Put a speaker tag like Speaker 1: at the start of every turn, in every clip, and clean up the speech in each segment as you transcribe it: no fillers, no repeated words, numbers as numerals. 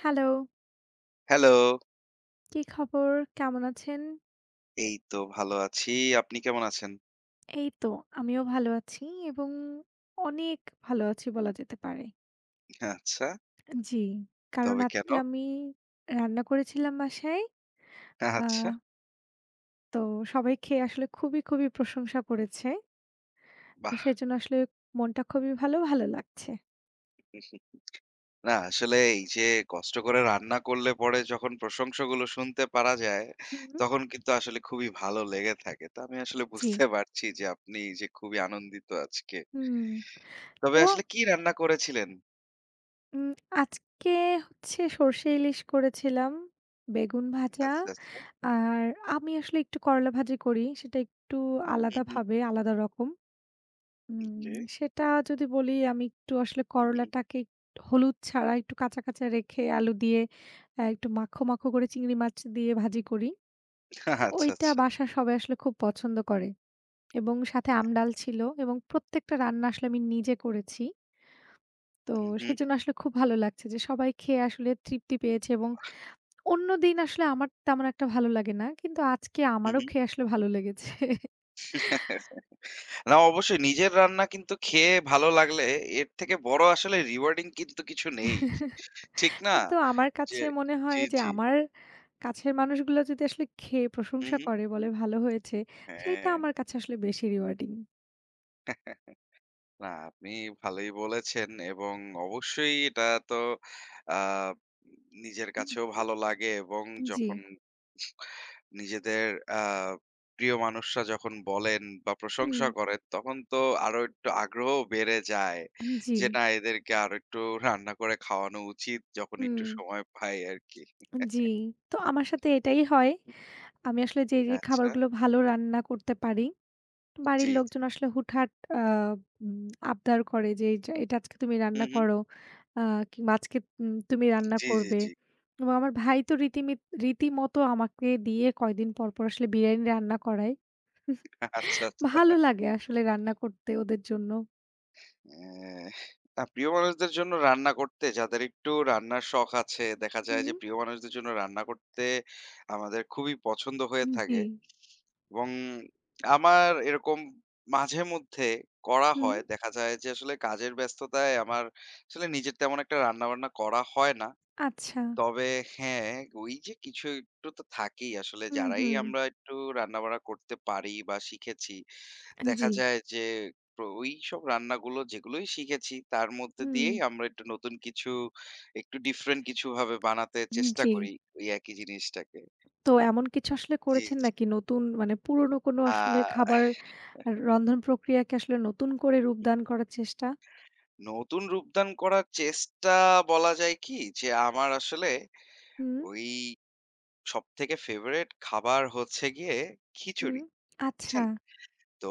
Speaker 1: Hello,
Speaker 2: hello.
Speaker 1: কি খবর? কেমন আছেন?
Speaker 2: এই তো ভালো আছি। আপনি কেমন আছেন?
Speaker 1: এই তো আমিও ভালো আছি এবং অনেক ভালো আছি বলা যেতে পারে।
Speaker 2: আচ্ছা।
Speaker 1: জি, কারণ
Speaker 2: তবে কেন?
Speaker 1: আজকে আমি রান্না করেছিলাম বাসায়। আ
Speaker 2: আচ্ছা।
Speaker 1: তো সবাই খেয়ে আসলে খুবই, খুবই প্রশংসা করেছে। তো
Speaker 2: বাহ!
Speaker 1: সেজন্য আসলে মনটা খুবই ভালো, ভালো লাগছে।
Speaker 2: না আসলে এই যে কষ্ট করে রান্না করলে পরে যখন প্রশংসাগুলো শুনতে পারা যায়,
Speaker 1: হুম।
Speaker 2: তখন কিন্তু আসলে খুবই ভালো লেগে থাকে। তো আমি আসলে
Speaker 1: জি।
Speaker 2: বুঝতে পারছি যে আপনি যে খুবই আনন্দিত আজকে।
Speaker 1: হুম।
Speaker 2: তবে
Speaker 1: তো
Speaker 2: আসলে কি রান্না করেছিলেন?
Speaker 1: উম আজকে হচ্ছে সর্ষে ইলিশ করেছিলাম, বেগুন ভাজা
Speaker 2: আচ্ছা, আচ্ছা।
Speaker 1: আর আমি আসলে একটু করলা ভাজি করি। সেটা একটু
Speaker 2: হু, হু।
Speaker 1: আলাদাভাবে, আলাদা রকম। উম
Speaker 2: ওকে।
Speaker 1: সেটা যদি বলি আমি একটু আসলে
Speaker 2: হু, হু।
Speaker 1: করলাটাকে একটু হলুদ ছাড়া একটু কাঁচা, কাঁচা রেখে আলু দিয়ে একটু মাখো, মাখো করে চিংড়ি মাছ দিয়ে ভাজি করি।
Speaker 2: আচ্ছা,
Speaker 1: ওইটা
Speaker 2: আচ্ছা।
Speaker 1: বাসার সবাই আসলে খুব পছন্দ করে এবং সাথে আমডাল ছিল এবং প্রত্যেকটা রান্না আসলে আমি নিজে করেছি। তো
Speaker 2: হু, হু।
Speaker 1: সেজন্য আসলে খুব ভালো লাগছে যে সবাই খেয়ে আসলে তৃপ্তি পেয়েছে এবং অন্যদিন আসলে আমার তেমন একটা ভালো লাগে না। কিন্তু আজকে আমারও
Speaker 2: হু,
Speaker 1: খেয়ে আসলে ভালো লেগেছে।
Speaker 2: হু। না অবশ্যই নিজের রান্না কিন্তু খেয়ে ভালো লাগলে এর থেকে বড় আসলে rewarding কিন্তু কিছু নেই। ঠিক না?
Speaker 1: কিন্তু আমার
Speaker 2: যে
Speaker 1: কাছে মনে হয়
Speaker 2: জি,
Speaker 1: যে
Speaker 2: জি।
Speaker 1: আমার কাছের মানুষগুলো যদি আসলে খেয়ে
Speaker 2: হু,
Speaker 1: প্রশংসা
Speaker 2: হু।
Speaker 1: করে বলে ভালো হয়েছে, সেইটা
Speaker 2: হ্যাঁ।
Speaker 1: আমার কাছে আসলে বেশি রিওয়ার্ডিং।
Speaker 2: না আপনি ভালোই বলেছেন এবং অবশ্যই এটা তো আ নিজের
Speaker 1: হুম,
Speaker 2: কাছেও
Speaker 1: হুম।
Speaker 2: ভালো লাগে এবং
Speaker 1: জি।
Speaker 2: যখন নিজেদের আ প্রিয় মানুষরা যখন বলেন বা
Speaker 1: হুম।
Speaker 2: প্রশংসা করেন, তখন তো আরো একটু আগ্রহ বেড়ে যায়।
Speaker 1: জি।
Speaker 2: যে না এদেরকে আরো একটু রান্না করে খাওয়ানো উচিত যখন একটু
Speaker 1: হুম।
Speaker 2: সময় পাই আরকি।
Speaker 1: জি। তো আমার সাথে এটাই হয়। আমি আসলে যে
Speaker 2: আচ্ছা।
Speaker 1: খাবারগুলো ভালো রান্না করতে পারি, বাড়ির
Speaker 2: জি, জি।
Speaker 1: লোকজন আসলে হুটহাট আ উম আবদার করে যে, "এইযে এটা আজকে তুমি
Speaker 2: হুম,
Speaker 1: রান্না
Speaker 2: হুম।
Speaker 1: করো।" আ কিংবা "আজকে তুমি রান্না
Speaker 2: জি, জি,
Speaker 1: করবে।"
Speaker 2: জি।
Speaker 1: এবং আমার ভাই তো রীতিমতো আমাকে দিয়ে কয়দিন পর, পর আসলে বিরিয়ানি রান্না করায়।
Speaker 2: আচ্ছা, আচ্ছা।
Speaker 1: ভালো লাগে আসলে রান্না করতে ওদের জন্য।
Speaker 2: হ্যাঁ। না প্রিয় মানুষদের জন্য রান্না করতে যাদের একটু রান্নার শখ আছে, দেখা যায় যে
Speaker 1: হুম।
Speaker 2: প্রিয় মানুষদের জন্য রান্না করতে আমাদের খুবই পছন্দ হয়ে
Speaker 1: জি।
Speaker 2: থাকে। এবং আমার এরকম মাঝে মধ্যে করা
Speaker 1: হুম।
Speaker 2: হয়। দেখা যায় যে আসলে কাজের ব্যস্ততায় আমার আসলে নিজের তেমন একটা রান্নাবান্না করা হয় না।
Speaker 1: আচ্ছা।
Speaker 2: তবে হ্যাঁ, ওই যে কিছু একটু তো থাকেই আসলে
Speaker 1: হুম,
Speaker 2: যারাই
Speaker 1: হুম।
Speaker 2: আমরা একটু রান্নাবাড়া করতে পারি বা শিখেছি,
Speaker 1: জি।
Speaker 2: দেখা যায় যে ওইসব রান্নাগুলো যেগুলোই শিখেছি তার মধ্যে দিয়েই আমরা একটু নতুন কিছু একটু ডিফরেন্ট কিছুভাবে বানাতে
Speaker 1: হুম,
Speaker 2: চেষ্টা
Speaker 1: জি।
Speaker 2: করি ওই একই জিনিসটাকে।
Speaker 1: তো এমন কিছু আসলে
Speaker 2: জি,
Speaker 1: করেছেন
Speaker 2: জি।
Speaker 1: নাকি নতুন মানে পুরনো কোনো
Speaker 2: আ
Speaker 1: আসলে খাবার আর রন্ধন প্রক্রিয়াকে আসলে নতুন করে রূপদান করার চেষ্টা?
Speaker 2: নতুন রূপদান করার চেষ্টা বলা যায় কি? যে আমার আসলে
Speaker 1: হুম,
Speaker 2: ওই সবথেকে ফেভারাইট খাবার হচ্ছে গিয়ে
Speaker 1: হুম।
Speaker 2: খিচুড়ি,
Speaker 1: আচ্ছা,
Speaker 2: বুঝছেন? তো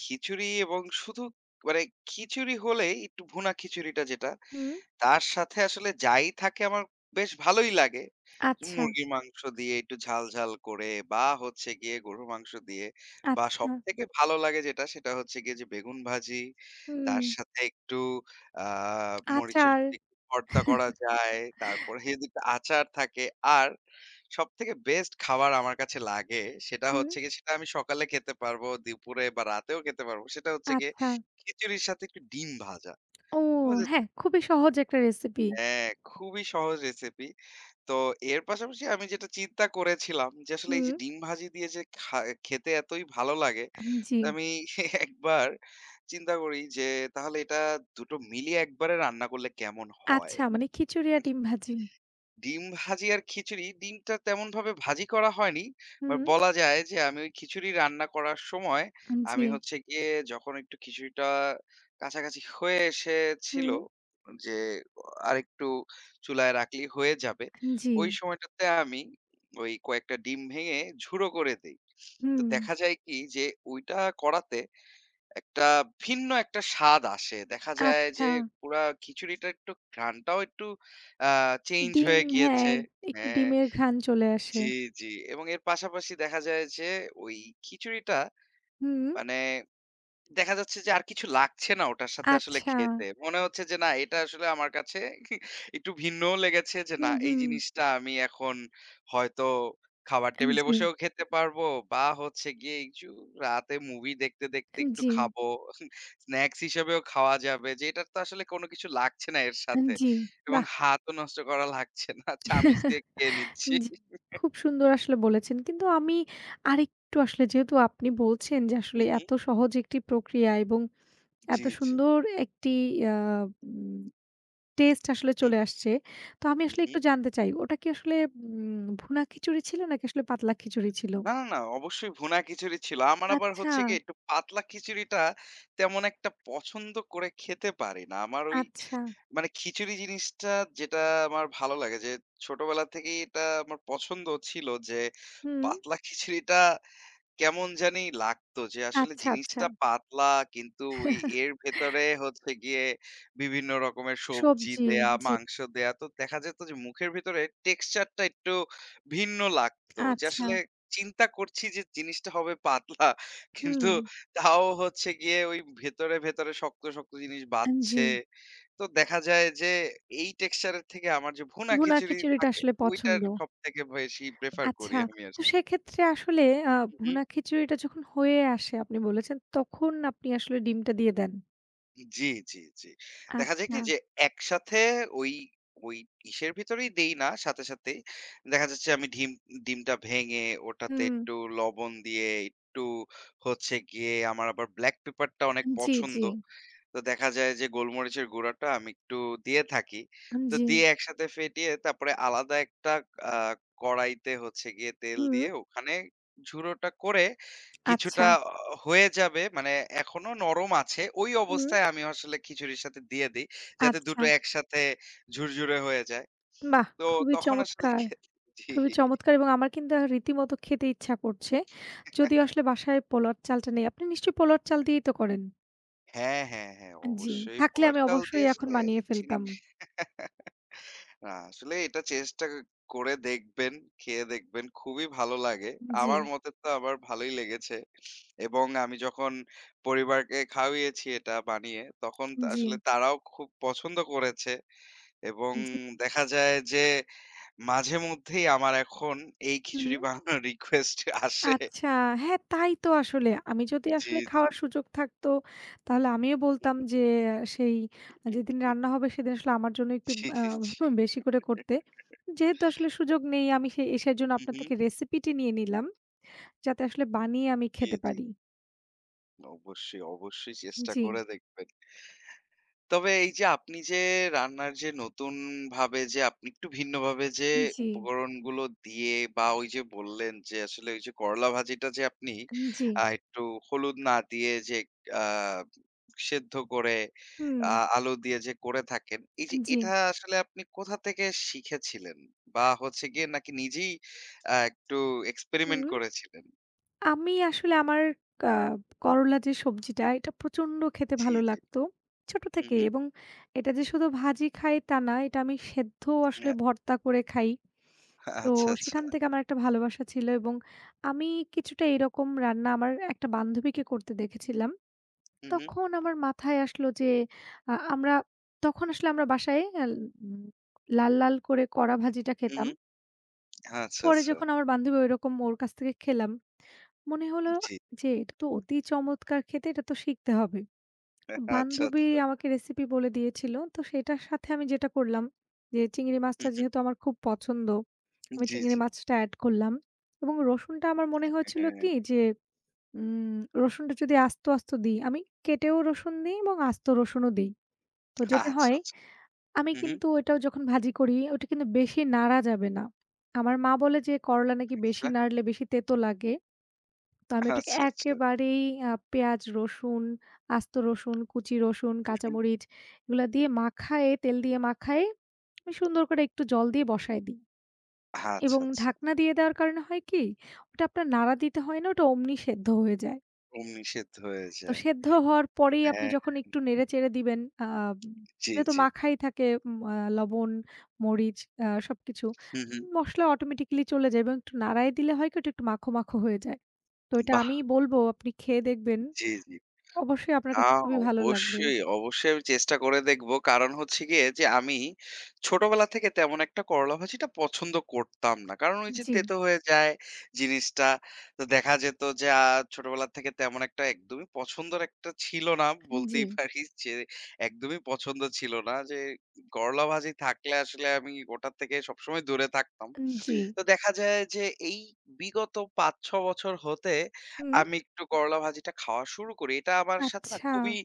Speaker 2: খিচুড়ি এবং শুধু মানে খিচুড়ি হলেই একটু ভুনা খিচুড়িটা যেটা
Speaker 1: হুম,
Speaker 2: তার সাথে আসলে যাই থাকে আমার বেশ ভালোই লাগে।
Speaker 1: আচ্ছা,
Speaker 2: মুরগির মাংস দিয়ে একটু ঝাল, ঝাল করে বা হচ্ছে গিয়ে গরুর মাংস দিয়ে বা
Speaker 1: আচ্ছা,
Speaker 2: সবথেকে ভালো লাগে যেটা সেটা হচ্ছে গিয়ে যে বেগুন ভাজি,
Speaker 1: হুম,
Speaker 2: তার সাথে একটু আ মরিচের
Speaker 1: আচার,
Speaker 2: যদি একটু ভর্তা করা যায়, তারপরে যদি একটু আচার থাকে। আর সবথেকে বেস্ট খাবার আমার কাছে লাগে সেটা
Speaker 1: হুম,
Speaker 2: হচ্ছে গিয়ে সেটা আমি সকালে খেতে পারবো, দুপুরে বা রাতেও খেতে পারবো। সেটা হচ্ছে গিয়ে
Speaker 1: আচ্ছা।
Speaker 2: খিচুড়ির সাথে একটু ডিম ভাজা।
Speaker 1: ও
Speaker 2: বুঝেছেন?
Speaker 1: হ্যাঁ, খুবই সহজ একটা রেসিপি।
Speaker 2: হ্যাঁ, খুবই সহজ রেসিপি। তো এর পাশাপাশি আমি যেটা চিন্তা করেছিলাম যে আসলে এই যে
Speaker 1: হুম,
Speaker 2: ডিম ভাজি দিয়ে যে খেতে এতই ভালো লাগে,
Speaker 1: জি।
Speaker 2: তো আমি একবার চিন্তা করি যে তাহলে এটা দুটো মিলিয়ে একবারে রান্না করলে কেমন হয়?
Speaker 1: আচ্ছা মানে খিচুড়ি আর ডিম ভাজি।
Speaker 2: ডিম ভাজি আর খিচুড়ি, ডিমটা তেমনভাবে ভাজি করা হয়নি। বাট
Speaker 1: হুম,
Speaker 2: বলা যায় যে আমি ওই খিচুড়ি রান্না করার সময়
Speaker 1: জি,
Speaker 2: আমি হচ্ছে গিয়ে যখন একটু খিচুড়িটা কাছাকাছি হয়ে এসেছিল
Speaker 1: হুম,
Speaker 2: যে আরেকটু চুলায় রাখলেই হয়ে যাবে।
Speaker 1: জি,
Speaker 2: ওই সময়টাতে আমি ওই কয়েকটা ডিম ভেঙে ঝুড়ো করে দেই। তো
Speaker 1: হুম,
Speaker 2: দেখা যায় কি যে ওইটা করাতে একটা ভিন্ন একটা স্বাদ আসে। দেখা যায় যে
Speaker 1: আচ্ছা।
Speaker 2: পুরা খিচুড়িটা একটু ঘ্রাণটাও একটু আ চেঞ্জ
Speaker 1: ডিম
Speaker 2: হয়ে গিয়েছে।
Speaker 1: হ্যাঁ, একটু
Speaker 2: হ্যাঁ,
Speaker 1: ডিমের ঘ্রাণ চলে
Speaker 2: জি,
Speaker 1: আসে।
Speaker 2: জি। এবং এর পাশাপাশি দেখা যায় যে ওই খিচুড়িটা
Speaker 1: হুম,
Speaker 2: মানে দেখা যাচ্ছে যে আর কিছু লাগছে না ওটার সাথে আসলে
Speaker 1: আচ্ছা।
Speaker 2: খেতে। মনে হচ্ছে যে না এটা আসলে আমার কাছে একটু ভিন্নও লেগেছে যে না
Speaker 1: হুম,
Speaker 2: এই
Speaker 1: হুম।
Speaker 2: জিনিসটা আমি এখন হয়তো খাবার টেবিলে
Speaker 1: জি,
Speaker 2: বসেও খেতে পারবো বা হচ্ছে গিয়ে একটু রাতে মুভি দেখতে, দেখতে একটু
Speaker 1: জি,
Speaker 2: খাবো। স্ন্যাকস হিসেবেও খাওয়া যাবে যে এটার তো আসলে কোনো কিছু লাগছে না এর সাথে
Speaker 1: জি।
Speaker 2: এবং
Speaker 1: বাহ!
Speaker 2: হাতও নষ্ট করা লাগছে না। চামিচ দিয়ে খেয়ে নিচ্ছি।
Speaker 1: জি। খুব সুন্দর আসলে বলেছেন। কিন্তু আমি আরেকটু আসলে যেহেতু আপনি বলছেন যে
Speaker 2: হু,
Speaker 1: আসলে
Speaker 2: হু।
Speaker 1: এত সহজ একটি প্রক্রিয়া এবং এত
Speaker 2: জি, জি।
Speaker 1: সুন্দর একটি আ উম টেস্ট আসলে
Speaker 2: হু,
Speaker 1: চলে আসছে। তো আমি আসলে
Speaker 2: হু।
Speaker 1: একটু জানতে চাই ওটা কি আসলে ভুনা খিচুড়ি ছিল নাকি আসলে পাতলা খিচুড়ি ছিল?
Speaker 2: না, না, না, অবশ্যই ভুনা খিচুড়ি ছিল। আমার আবার
Speaker 1: আচ্ছা,
Speaker 2: হচ্ছে গিয়ে একটু পাতলা খিচুড়িটা তেমন একটা পছন্দ করে খেতে পারি না। আমার ওই
Speaker 1: আচ্ছা।
Speaker 2: মানে খিচুড়ি জিনিসটা যেটা আমার ভালো লাগে যে ছোটবেলা থেকেই এটা আমার পছন্দ ছিল যে
Speaker 1: হুম।
Speaker 2: পাতলা খিচুড়িটা কেমন জানি লাগতো যে আসলে
Speaker 1: আচ্ছা, আচ্ছা।
Speaker 2: জিনিসটা পাতলা কিন্তু ওই এর ভেতরে হচ্ছে গিয়ে বিভিন্ন রকমের সবজি
Speaker 1: সবজি।
Speaker 2: দেয়া,
Speaker 1: জি।
Speaker 2: মাংস দেয়া। তো দেখা যেত যে মুখের ভেতরে টেক্সচারটা একটু ভিন্ন লাগতো। যে
Speaker 1: আচ্ছা।
Speaker 2: আসলে চিন্তা করছি যে জিনিসটা হবে পাতলা
Speaker 1: হুম।
Speaker 2: কিন্তু তাও হচ্ছে গিয়ে ওই ভেতরে, ভেতরে শক্ত, শক্ত জিনিস
Speaker 1: জি।
Speaker 2: বাধছে। তো দেখা যায় যে এই টেক্সচারের থেকে আমার যে ভুনা
Speaker 1: ভুনা
Speaker 2: খিচুড়ি
Speaker 1: খিচুড়িটা
Speaker 2: থাকে
Speaker 1: আসলে
Speaker 2: ওইটার
Speaker 1: পছন্দ।
Speaker 2: সবথেকে বেশি প্রেফার করি
Speaker 1: আচ্ছা,
Speaker 2: আমি
Speaker 1: তো
Speaker 2: আসলে।
Speaker 1: সেক্ষেত্রে আসলে আ ভুনা খিচুড়িটা যখন হয়ে আসে আপনি বলেছেন, তখন আপনি আসলে ডিমটা দিয়ে দেন?
Speaker 2: জি, জি, জি। দেখা যায় কি
Speaker 1: আচ্ছা।
Speaker 2: যে একসাথে ওই ওই ইসের ভিতরেই দেই না সাথে, সাথেই। দেখা যাচ্ছে আমি ডিমটা ভেঙে ওটাতে
Speaker 1: হুম।
Speaker 2: একটু লবণ দিয়ে, একটু হচ্ছে গিয়ে আমার আবার ব্লাক পেপারটা অনেক
Speaker 1: জি, জি,
Speaker 2: পছন্দ। তো দেখা যায় যে গোলমরিচের গুঁড়াটা আমি একটু দিয়ে থাকি। তো
Speaker 1: জি।
Speaker 2: দিয়ে একসাথে ফেটিয়ে তারপরে আলাদা একটা আ কড়াইতে হচ্ছে গিয়ে তেল
Speaker 1: হুম।
Speaker 2: দিয়ে ওখানে ঝুরোটা করে কিছুটা
Speaker 1: আচ্ছা।
Speaker 2: হয়ে যাবে মানে এখনো নরম আছে। ওই
Speaker 1: হুম।
Speaker 2: অবস্থায় আমি আসলে খিচুড়ির সাথে দিয়ে দেই। যাতে ২টো
Speaker 1: আচ্ছা।
Speaker 2: টো একসাথে ঝুরঝুরে হয়ে যায়।
Speaker 1: বাহ!
Speaker 2: তো
Speaker 1: খুবই
Speaker 2: তখন আসলে
Speaker 1: চমৎকার,
Speaker 2: খেতে জি।
Speaker 1: খুবই চমৎকার এবং আমার কিন্তু রীতিমতো খেতে ইচ্ছা করছে। যদিও আসলে বাসায় পোলাওর চালটা নেই। আপনি নিশ্চয়ই পোলাওর চাল দিয়েই তো করেন?
Speaker 2: হ্যাঁ, হ্যাঁ, হ্যাঁ।
Speaker 1: জি।
Speaker 2: অবশ্যই
Speaker 1: থাকলে
Speaker 2: পোলার
Speaker 1: আমি
Speaker 2: চাল দিয়ে
Speaker 1: অবশ্যই এখন
Speaker 2: আসলে
Speaker 1: বানিয়ে
Speaker 2: চিনি
Speaker 1: ফেলতাম।
Speaker 2: না, আসলে এটা চেষ্টা করে দেখবেন, খেয়ে দেখবেন। খুবই ভালো লাগে।
Speaker 1: জি,
Speaker 2: আমার মতে তো আমার ভালোই লেগেছে। এবং আমি যখন পরিবারকে খাওয়িয়েছি এটা বানিয়ে, তখন তা
Speaker 1: জি,
Speaker 2: আসলে তারাও খুব পছন্দ করেছে। এবং
Speaker 1: জি।
Speaker 2: দেখা যায় যে মাঝে মধ্যেই আমার এখন এই
Speaker 1: হুম।
Speaker 2: খিচুড়ি বানানোর রিকোয়েস্ট আসে।
Speaker 1: আচ্ছা, হ্যাঁ, তাই তো আসলে। আমি যদি
Speaker 2: জি,
Speaker 1: আসলে
Speaker 2: জি।
Speaker 1: খাওয়ার সুযোগ থাকতো, তাহলে আমিও বলতাম যে সেই যেদিন রান্না হবে সেদিন আসলে আমার জন্য একটু
Speaker 2: জি,
Speaker 1: আ
Speaker 2: জি।
Speaker 1: বেশি করে করতে। যেহেতু আসলে সুযোগ নেই আমি সেজন্য
Speaker 2: হুম,
Speaker 1: আপনার
Speaker 2: হুম।
Speaker 1: থেকে রেসিপিটি নিয়ে নিলাম, যাতে আসলে বানিয়ে আমি
Speaker 2: জি,
Speaker 1: খেতে
Speaker 2: জি।
Speaker 1: পারি।
Speaker 2: অবশ্যই, অবশ্যই চেষ্টা
Speaker 1: জি,
Speaker 2: করে দেখবেন। তবে এই যে আপনি যে রান্নার যে নতুন ভাবে যে আপনি একটু ভিন্নভাবে যে
Speaker 1: জি, জি,
Speaker 2: উপকরণগুলো দিয়ে বা ওই যে বললেন যে আসলে ওই যে করলা ভাজিটা যে আপনি
Speaker 1: হুম,
Speaker 2: একটু হলুদ না দিয়ে যে আহ, সেদ্ধ করে আলু দিয়ে যে করে থাকেন এই যে
Speaker 1: জি,
Speaker 2: এটা আসলে আপনি কোথা থেকে শিখেছিলেন বা হচ্ছে গিয়ে নাকি নিজেই একটু এক্সপেরিমেন্ট
Speaker 1: হুম।
Speaker 2: করেছিলেন
Speaker 1: আমি আসলে আমার আ করলা যে সবজিটা এটা প্রচন্ড খেতে
Speaker 2: জি
Speaker 1: ভালো
Speaker 2: জি
Speaker 1: লাগতো। ছোট
Speaker 2: হুম
Speaker 1: থেকেই
Speaker 2: হুম
Speaker 1: এবং এটা যে শুধু ভাজি খাই তা না, এটা আমি সেদ্ধও আসলে ভর্তা করে খাই। তো
Speaker 2: আচ্ছা আচ্ছা
Speaker 1: সেখান থেকে আমার একটা ভালোবাসা ছিল এবং আমি কিছুটা এরকম রান্না আমার একটা বান্ধবীকে করতে দেখেছিলাম।
Speaker 2: হুম হুম
Speaker 1: তখন আমার মাথায় আসলো যে আমরা তখন আসলে আমরা বাসায় আল উম লাল, লাল করে কড়া ভাজিটা
Speaker 2: হুম
Speaker 1: খেতাম।
Speaker 2: হুম আচ্ছা
Speaker 1: পরে
Speaker 2: আচ্ছা
Speaker 1: যখন আমার বান্ধবী ঐরকম ওর কাছ থেকে খেলাম, মনে হলো
Speaker 2: জি
Speaker 1: যে এটা তো অতি চমৎকার খেতে, এটা তো শিখতে হবে।
Speaker 2: আচ্ছা
Speaker 1: বান্ধবী
Speaker 2: আচ্ছা
Speaker 1: আমাকে রেসিপি বলে দিয়েছিল। তো সেটার সাথে আমি যেটা করলাম যে চিংড়ি
Speaker 2: হুম,
Speaker 1: মাছটা
Speaker 2: হুম।
Speaker 1: যেহেতু আমার খুব পছন্দ, আমি
Speaker 2: জি,
Speaker 1: চিংড়ি
Speaker 2: জি।
Speaker 1: মাছটা এড করলাম এবং রসুনটা আমার মনে হয়েছিল কি
Speaker 2: হ্যাঁ।
Speaker 1: যে রসুনটা যদি আস্ত, আস্ত দিই, আমি কেটেও রসুন দিই এবং আস্ত রসুনও দিই। তো যেটা
Speaker 2: আচ্ছা,
Speaker 1: হয়,
Speaker 2: আচ্ছা।
Speaker 1: আমি
Speaker 2: হুম, হুম।
Speaker 1: কিন্তু ওইটাও যখন ভাজি করি ওটা কিন্তু বেশি নাড়া যাবে না। আমার মা বলে যে করলা নাকি বেশি
Speaker 2: আচ্ছা,
Speaker 1: নাড়লে বেশি তেতো লাগে। তো আমি ওটাকে
Speaker 2: আচ্ছা, আচ্ছা।
Speaker 1: একেবারেই পেঁয়াজ, রসুন, আস্ত রসুন, কুচি রসুন,
Speaker 2: হুম, হুম।
Speaker 1: কাঁচামরিচ এগুলা দিয়ে মাখায়ে, তেল দিয়ে মাখায়ে আমি সুন্দর করে একটু জল দিয়ে বসায় দিই
Speaker 2: আচ্ছা,
Speaker 1: এবং
Speaker 2: আচ্ছা।
Speaker 1: ঢাকনা দিয়ে দেওয়ার কারণে হয় কি? ওটা আপনার নাড়া দিতে হয় না, ওটা অমনি সেদ্ধ হয়ে যায়।
Speaker 2: ওম নিষেধ হয়ে
Speaker 1: তো
Speaker 2: যায়।
Speaker 1: সেদ্ধ হওয়ার পরেই আপনি
Speaker 2: হ্যাঁ,
Speaker 1: যখন একটু নেড়ে-চেড়ে দিবেন,
Speaker 2: জি,
Speaker 1: যেহেতু
Speaker 2: জি।
Speaker 1: মাখাই থাকে, উম আ লবণ, মরিচ, সবকিছু
Speaker 2: হুম, হুম।
Speaker 1: মসলা অটোমেটিক্যালি চলে যায় এবং একটু নাড়ায় দিলে হয় কি ওটা একটু মাখো, মাখো হয়ে যায়। তো এটা
Speaker 2: বাহ!
Speaker 1: আমি বলব আপনি খেয়ে দেখবেন,
Speaker 2: জি, জি।
Speaker 1: অবশ্যই আপনার
Speaker 2: না,
Speaker 1: কাছে খুবই ভালো লাগবে।
Speaker 2: অবশ্যই, অবশ্যই আমি চেষ্টা করে দেখব। কারণ হচ্ছে গিয়ে যে আমি ছোটবেলা থেকে তেমন একটা করলা ভাজিটা পছন্দ করতাম না। কারণ ওই যে
Speaker 1: জি,
Speaker 2: তেতো হয়ে যায় জিনিসটা। তো দেখা যেত যে ছোটবেলা থেকে তেমন একটা একদমই পছন্দের একটা ছিল না
Speaker 1: জি,
Speaker 2: বলতেই পারি যে একদমই পছন্দ ছিল না যে করলা ভাজি থাকলে আসলে আমি ওটার থেকে সবসময় দূরে থাকতাম।
Speaker 1: জি।
Speaker 2: তো দেখা যায় যে এই বিগত ৫-৬ বছর হতে
Speaker 1: হুম,
Speaker 2: আমি একটু করলা ভাজিটা খাওয়া শুরু করি। এটা আমার সাথে না
Speaker 1: আচ্ছা,
Speaker 2: খুবই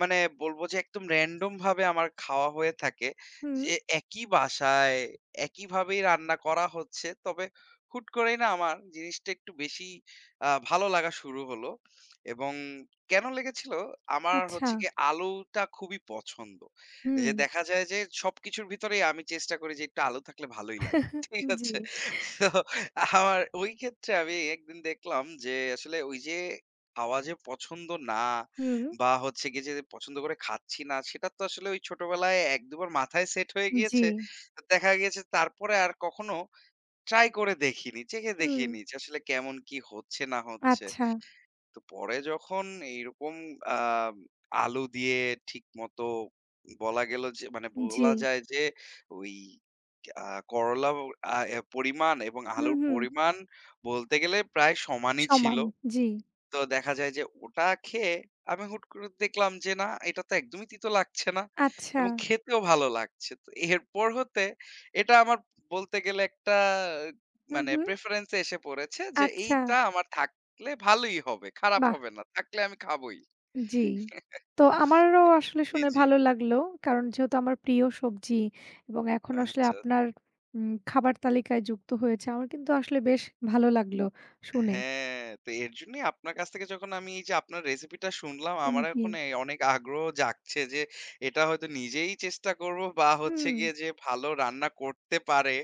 Speaker 2: মানে বলবো যে একদম র‍্যান্ডম ভাবে আমার খাওয়া হয়ে থাকে।
Speaker 1: হুম,
Speaker 2: যে একই বাসায় একইভাবেই রান্না করা হচ্ছে। তবে হুট করেই না আমার জিনিসটা একটু বেশি ভালো লাগা শুরু হলো। এবং কেন লেগেছিল? আমার
Speaker 1: আচ্ছা,
Speaker 2: হচ্ছে গিয়ে আলুটা খুবই পছন্দ।
Speaker 1: হুম,
Speaker 2: যে দেখা যায় যে সবকিছুর ভিতরেই আমি চেষ্টা করি যে একটু আলু থাকলে ভালোই লাগে। ঠিক
Speaker 1: জি,
Speaker 2: আছে? তো আমার ওই ক্ষেত্রে আমি একদিন দেখলাম যে আসলে ওই যে খাওয়া যে পছন্দ না
Speaker 1: হুম,
Speaker 2: বা হচ্ছে গিয়ে যে পছন্দ করে খাচ্ছি না সেটা তো আসলে ওই ছোটবেলায় এক দুবার মাথায় সেট হয়ে
Speaker 1: জি,
Speaker 2: গিয়েছে তো দেখা গিয়েছে তারপরে আর কখনো ট্রাই করে দেখিনি চেখে
Speaker 1: হুম,
Speaker 2: দেখিনি যে আসলে কেমন কি হচ্ছে না হচ্ছে
Speaker 1: আচ্ছা,
Speaker 2: তো পরে যখন এইরকম আ আলু দিয়ে ঠিকমতো বলা গেল যে মানে
Speaker 1: জি,
Speaker 2: বলা যায় যে ওই আ করলা আ পরিমাণ এবং
Speaker 1: হুম,
Speaker 2: আলুর
Speaker 1: হুম,
Speaker 2: পরিমাণ বলতে গেলে প্রায় সমানই ছিল।
Speaker 1: সমান, জি,
Speaker 2: তো দেখা যায় যে ওটা খেয়ে আমি হুট করে দেখলাম যে না এটা তো একদমই তিতো লাগছে না
Speaker 1: আচ্ছা,
Speaker 2: এবং খেতেও ভালো লাগছে। তো এরপর হতে এটা আমার বলতে গেলে একটা
Speaker 1: হুম,
Speaker 2: মানে
Speaker 1: হুম,
Speaker 2: প্রেফারেন্স এ এসে পড়েছে যে
Speaker 1: আচ্ছা,
Speaker 2: এইটা আমার থাকলে ভালোই হবে। খারাপ
Speaker 1: বাহ!
Speaker 2: হবে না। থাকলে আমি খাবোই।
Speaker 1: জি। তো আমারও আসলে
Speaker 2: জি,
Speaker 1: শুনে
Speaker 2: জি।
Speaker 1: ভালো লাগলো। কারণ যেহেতু আমার প্রিয় সবজি এবং এখন আসলে
Speaker 2: আচ্ছা।
Speaker 1: আপনার খাবার তালিকায় যুক্ত হয়েছে। আমার কিন্তু আসলে বেশ ভালো লাগলো শুনে।
Speaker 2: হ্যাঁ, তো এর জন্যই আপনার কাছ থেকে যখন আমি এই যে আপনার রেসিপিটা শুনলাম, আমার
Speaker 1: জি।
Speaker 2: এখন এ অনেক আগ্রহ জাগছে যে এটা হয়তো নিজেই চেষ্টা করব বা হচ্ছে
Speaker 1: হুম,
Speaker 2: গিয়ে যে ভালো রান্না করতে পারে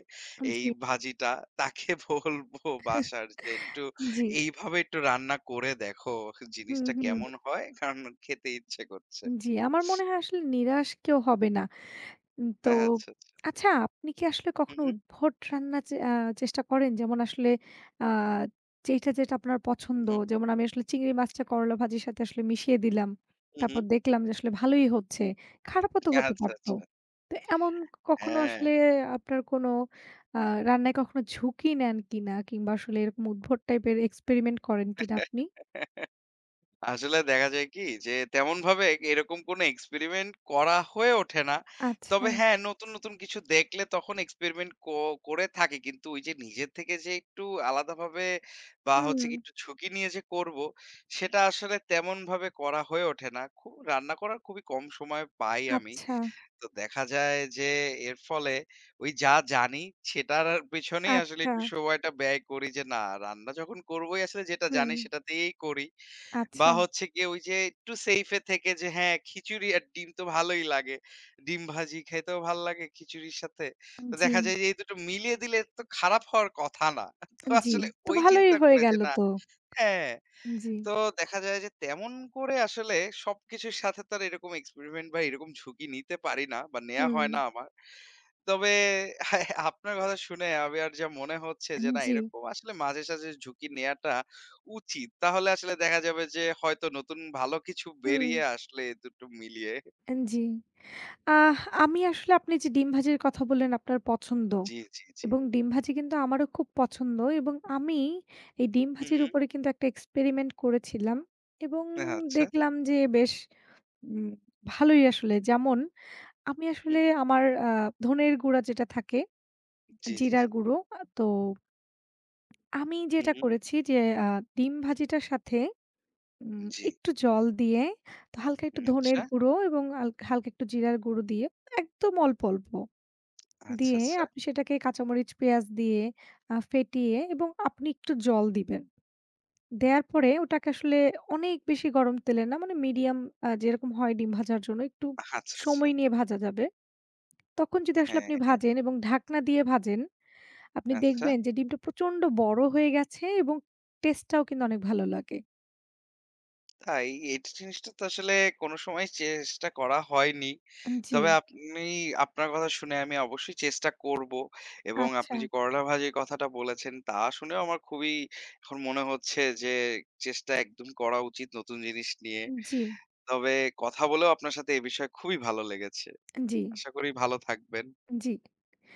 Speaker 2: এই
Speaker 1: জি,
Speaker 2: ভাজিটা, তাকে বলবো বাসার যে, "একটু
Speaker 1: জি।
Speaker 2: এইভাবে একটু রান্না করে দেখো
Speaker 1: হুম,
Speaker 2: জিনিসটা
Speaker 1: হুম।
Speaker 2: কেমন হয়?" কারণ খেতে ইচ্ছে করছে।
Speaker 1: জি, আমার মনে হয় আসলে নিরাশ কেউ হবে না। তো
Speaker 2: আচ্ছা, আচ্ছা।
Speaker 1: আচ্ছা, আপনি কি আসলে
Speaker 2: হু,
Speaker 1: কখনো
Speaker 2: হু,
Speaker 1: উদ্ভট রান্না চে আ চেষ্টা করেন? যেমন আসলে আ যেটা আপনার পছন্দ,
Speaker 2: হু,
Speaker 1: যেমন আমি আসলে চিংড়ি মাছটা করলা ভাজির সাথে আসলে মিশিয়ে দিলাম।
Speaker 2: হু, হু,
Speaker 1: তারপর দেখলাম যে আসলে ভালোই হচ্ছে। খারাপও তো হতে
Speaker 2: আচ্ছা,
Speaker 1: পারত।
Speaker 2: আচ্ছা।
Speaker 1: তো এমন কখনো
Speaker 2: হ্যাঁ।
Speaker 1: আসলে আপনার কোনো আ রান্নায় কখনো ঝুঁকি নেন কিনা? কিংবা আসলে এরকম উদ্ভট টাইপের এক্সপেরিমেন্ট করেন কিনা আপনি?
Speaker 2: আসলে দেখা যায় কি যে তেমনভাবে এরকম কোনো এক্সপেরিমেন্ট করা হয়ে ওঠে না।
Speaker 1: আচ্ছা।
Speaker 2: তবে হ্যাঁ, নতুন, নতুন কিছু দেখলে তখন এক্সপেরিমেন্ট করে থাকি। কিন্তু ওই যে নিজের থেকে যে একটু আলাদাভাবে বা হচ্ছে
Speaker 1: হুম,
Speaker 2: কি একটু ঝুঁকি নিয়ে যে করব, সেটা আসলে তেমনভাবে করা হয়ে ওঠে না। খুব রান্না করার খুবই কম সময় পাই আমি।
Speaker 1: আচ্ছা,
Speaker 2: তো দেখা যায় যে এর ফলে ওই যা জানি সেটার পেছনেই আসলে
Speaker 1: আচ্ছা,
Speaker 2: একটু সময়টা ব্যয় করি যে না রান্না যখন করবোই আসলে যেটা
Speaker 1: হুম,
Speaker 2: জানি সেটাতেই করি। বা
Speaker 1: আচ্ছা,
Speaker 2: হচ্ছে গিয়ে ওই যে একটু সেফে থেকে যে হ্যাঁ, খিচুড়ি আর ডিম তো ভালোই লাগে। ডিম ভাজি খাইতেও ভাল লাগে খিচুড়ির সাথে। তো
Speaker 1: জি,
Speaker 2: দেখা যায় যে এই দুটো মিলিয়ে দিলে তো খারাপ হওয়ার কথা না। তো
Speaker 1: জি।
Speaker 2: আসলে
Speaker 1: তো
Speaker 2: ওই
Speaker 1: ভালোই
Speaker 2: চিন্তা
Speaker 1: হয়ে
Speaker 2: করে যে
Speaker 1: গেল
Speaker 2: না
Speaker 1: তো।
Speaker 2: হ্যাঁ,
Speaker 1: জি,
Speaker 2: তো দেখা যায় যে তেমন করে আসলে সবকিছুর সাথে তো আর এরকম এক্সপেরিমেন্ট বা এরকম ঝুঁকি নিতে পারি না বা নেয়া
Speaker 1: হুম,
Speaker 2: হয় না আমার। তবে হ্যাঁ, আপনার কথা শুনে আমি আর যা মনে হচ্ছে যে না
Speaker 1: জি,
Speaker 2: এরকম আসলে মাঝে সাঝে ঝুঁকি নেওয়াটা উচিত। তাহলে আসলে দেখা যাবে যে হয়তো নতুন ভালো কিছু
Speaker 1: হুম,
Speaker 2: বেরিয়ে আসলে এ দুটো মিলিয়ে
Speaker 1: জি। আহ আমি আসলে আপনি যে ডিম ভাজির কথা বললেন আপনার পছন্দ,
Speaker 2: জি, জি, জি।
Speaker 1: এবং ডিম ভাজি কিন্তু আমারও খুব পছন্দ এবং আমি এই ডিম
Speaker 2: হু,
Speaker 1: ভাজির
Speaker 2: হু।
Speaker 1: উপরে কিন্তু একটা এক্সপেরিমেন্ট করেছিলাম এবং
Speaker 2: আচ্ছা।
Speaker 1: দেখলাম যে বেশ উম ভালোই আসলে। যেমন আমি
Speaker 2: হু,
Speaker 1: আসলে
Speaker 2: হু।
Speaker 1: আমার ধনের গুঁড়া যেটা থাকে,
Speaker 2: জি, জি,
Speaker 1: জিরার
Speaker 2: জি।
Speaker 1: গুঁড়ো, তো আমি
Speaker 2: হু,
Speaker 1: যেটা
Speaker 2: হু।
Speaker 1: করেছি যে আ ডিম ভাজিটার সাথে
Speaker 2: জি।
Speaker 1: একটু জল দিয়ে, তো হালকা একটু ধনের
Speaker 2: আচ্ছা।
Speaker 1: গুঁড়ো এবং হালকা একটু জিরার গুঁড়ো দিয়ে একদম অল্প, অল্প
Speaker 2: আচ্ছা,
Speaker 1: দিয়ে
Speaker 2: আচ্ছা।
Speaker 1: আপনি সেটাকে কাঁচামরিচ, পেঁয়াজ দিয়ে ফেটিয়ে এবং আপনি একটু জল দিবেন। দেয়ার পরে ওটাকে আসলে অনেক বেশি গরম তেলে না, মানে মিডিয়াম, যেরকম হয় ডিম ভাজার জন্য, একটু
Speaker 2: আচ্ছা, আচ্ছা।
Speaker 1: সময় নিয়ে ভাজা যাবে। তখন যদি আসলে
Speaker 2: হ্যাঁ,
Speaker 1: আপনি ভাজেন এবং ঢাকনা দিয়ে ভাজেন, আপনি
Speaker 2: আচ্ছা।
Speaker 1: দেখবেন যে ডিমটা প্রচন্ড বড় হয়ে গেছে এবং টেস্টটাও কিন্তু অনেক ভালো লাগে।
Speaker 2: তাই এই জিনিসটা তো আসলে কোনো সময় চেষ্টা করা হয়নি।
Speaker 1: জি,
Speaker 2: তবে আপনি আপনার কথা শুনে আমি অবশ্যই চেষ্টা করব এবং
Speaker 1: আচ্ছা,
Speaker 2: আপনি যে করলা ভাজির কথাটা বলেছেন, তা শুনেও আমার খুবই এখন মনে হচ্ছে যে চেষ্টা একদম করা উচিত নতুন জিনিস নিয়ে।
Speaker 1: জি।
Speaker 2: তবে কথা বলেও আপনার সাথে এ বিষয়ে খুবই ভালো লেগেছে।
Speaker 1: জি,
Speaker 2: আশা করি ভালো থাকবেন।
Speaker 1: জি।